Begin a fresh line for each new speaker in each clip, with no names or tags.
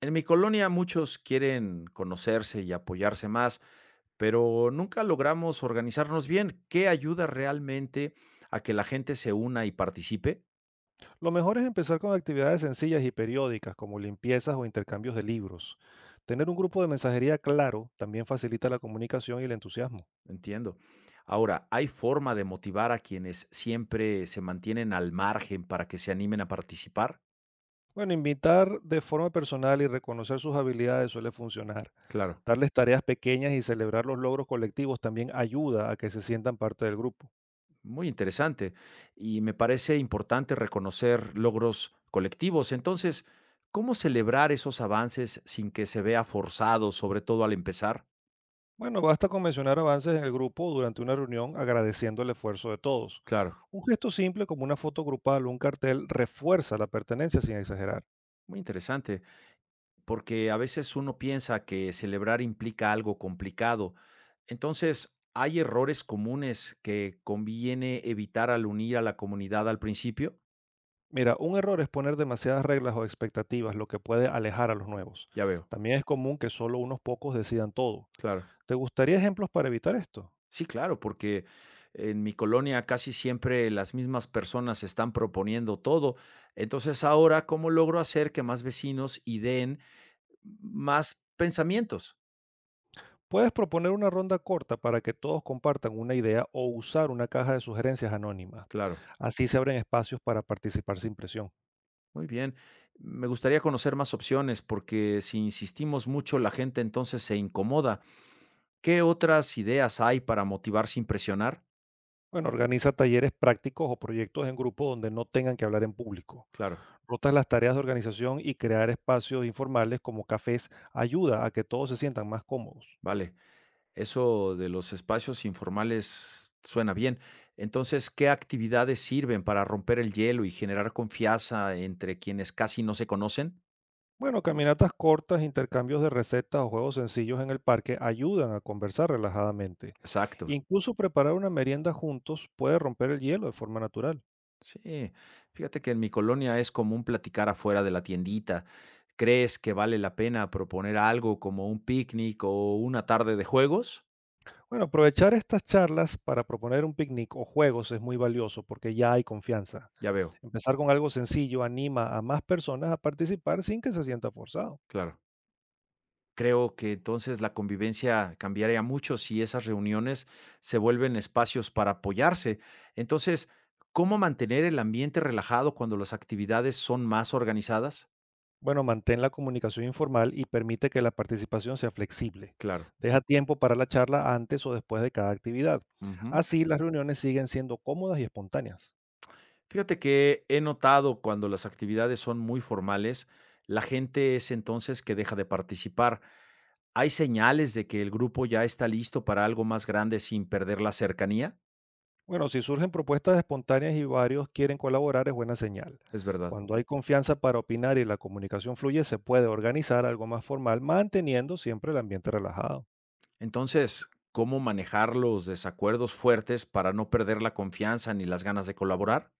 En mi colonia muchos quieren conocerse y apoyarse más, pero nunca logramos organizarnos bien. ¿Qué ayuda realmente a que la gente se una y participe?
Lo mejor es empezar con actividades sencillas y periódicas, como limpiezas o intercambios de libros. Tener un grupo de mensajería claro también facilita la comunicación y el entusiasmo.
Entiendo. Ahora, ¿hay forma de motivar a quienes siempre se mantienen al margen para que se animen a participar?
Bueno, invitar de forma personal y reconocer sus habilidades suele funcionar.
Claro,
Darles tareas pequeñas y celebrar los logros colectivos también ayuda a que se sientan parte del grupo.
muy interesante. Y me parece importante reconocer logros colectivos. Entonces, ¿cómo celebrar esos avances sin que se vea forzado, sobre todo al empezar?
Bueno, basta con mencionar avances en el grupo durante una reunión agradeciendo el esfuerzo de todos.
Claro.
Un gesto simple como una foto grupal o un cartel refuerza la pertenencia sin exagerar.
Muy interesante, porque a veces uno piensa que celebrar implica algo complicado. Entonces, ¿hay errores comunes que conviene evitar al unir a la comunidad al principio?
Mira, un error es poner demasiadas reglas o expectativas, lo que puede alejar a los nuevos.
Ya veo,
También es común que solo unos pocos decidan todo.
claro.
¿Te gustaría ejemplos para evitar esto?
Sí, claro, porque en mi colonia casi siempre las mismas personas están proponiendo todo. Entonces, ahora, ¿cómo logro hacer que más vecinos ideen más pensamientos?
Puedes proponer una ronda corta para que todos compartan una idea o usar una caja de sugerencias anónima.
Claro.
Así se abren espacios para participar sin presión.
Muy bien. Me gustaría conocer más opciones porque si insistimos mucho, la gente entonces se incomoda. ¿Qué otras ideas hay para motivar sin presionar?
Bueno, organiza talleres prácticos o proyectos en grupo donde no tengan que hablar en público.
Claro,
Rotas las tareas de organización y crear espacios informales como cafés ayuda a que todos se sientan más cómodos.
vale. Eso de los espacios informales suena bien. Entonces, ¿qué actividades sirven para romper el hielo y generar confianza entre quienes casi no se conocen?
Bueno, caminatas cortas, intercambios de recetas o juegos sencillos en el parque ayudan a conversar relajadamente.
Exacto.
Incluso preparar una merienda juntos puede romper el hielo de forma natural.
Sí, fíjate que en mi colonia es común platicar afuera de la tiendita. ¿Crees que vale la pena proponer algo como un picnic o una tarde de juegos?
Bueno, aprovechar estas charlas para proponer un picnic o juegos es muy valioso porque ya hay confianza.
Ya veo,
Empezar con algo sencillo anima a más personas a participar sin que se sienta forzado.
claro. Creo que entonces la convivencia cambiaría mucho si esas reuniones se vuelven espacios para apoyarse. Entonces, ¿cómo mantener el ambiente relajado cuando las actividades son más organizadas?
Bueno, mantén la comunicación informal y permite que la participación sea flexible.
Claro.
Deja tiempo para la charla antes o después de cada actividad.
Ujú.
Así las reuniones siguen siendo cómodas y espontáneas.
Fíjate que he notado cuando las actividades son muy formales, la gente es entonces que deja de participar. ¿Hay señales de que el grupo ya está listo para algo más grande sin perder la cercanía?
Bueno, si surgen propuestas espontáneas y varios quieren colaborar es buena señal.
Es verdad.
Cuando hay confianza para opinar y la comunicación fluye, se puede organizar algo más formal, manteniendo siempre el ambiente relajado.
Entonces, ¿cómo manejar los desacuerdos fuertes para no perder la confianza ni las ganas de colaborar?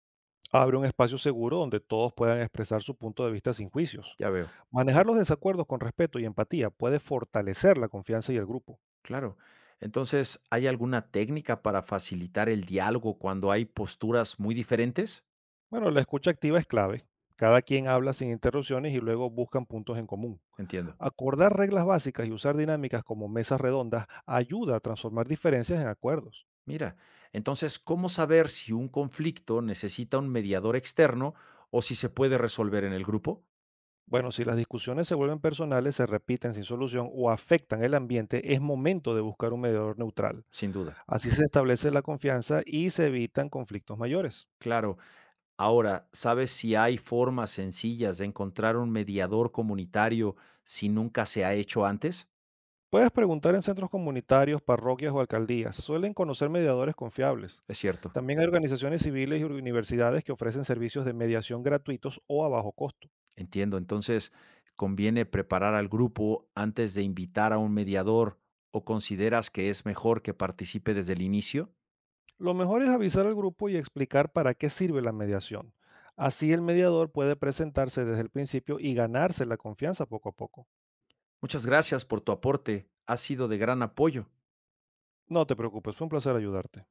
Abre un espacio seguro donde todos puedan expresar su punto de vista sin juicios.
Ya veo,
Manejar los desacuerdos con respeto y empatía puede fortalecer la confianza y el grupo.
claro. Entonces, ¿hay alguna técnica para facilitar el diálogo cuando hay posturas muy diferentes?
Bueno, la escucha activa es clave. Cada quien habla sin interrupciones y luego buscan puntos en común.
Entiendo.
Acordar reglas básicas y usar dinámicas como mesas redondas ayuda a transformar diferencias en acuerdos.
Mira, entonces, ¿cómo saber si un conflicto necesita un mediador externo o si se puede resolver en el grupo?
Bueno, si las discusiones se vuelven personales, se repiten sin solución o afectan el ambiente, es momento de buscar un mediador neutral.
Sin duda.
Así se establece la confianza y se evitan conflictos mayores.
Claro. Ahora, ¿sabes si hay formas sencillas de encontrar un mediador comunitario si nunca se ha hecho antes?
Puedes preguntar en centros comunitarios, parroquias o alcaldías. Suelen conocer mediadores confiables.
Es cierto.
También hay organizaciones civiles y universidades que ofrecen servicios de mediación gratuitos o a bajo costo.
Entiendo. Entonces, ¿conviene preparar al grupo antes de invitar a un mediador o consideras que es mejor que participe desde el inicio?
Lo mejor es avisar al grupo y explicar para qué sirve la mediación. Así el mediador puede presentarse desde el principio y ganarse la confianza poco a poco.
Muchas gracias por tu aporte. Ha sido de gran apoyo.
No te preocupes, fue un placer ayudarte.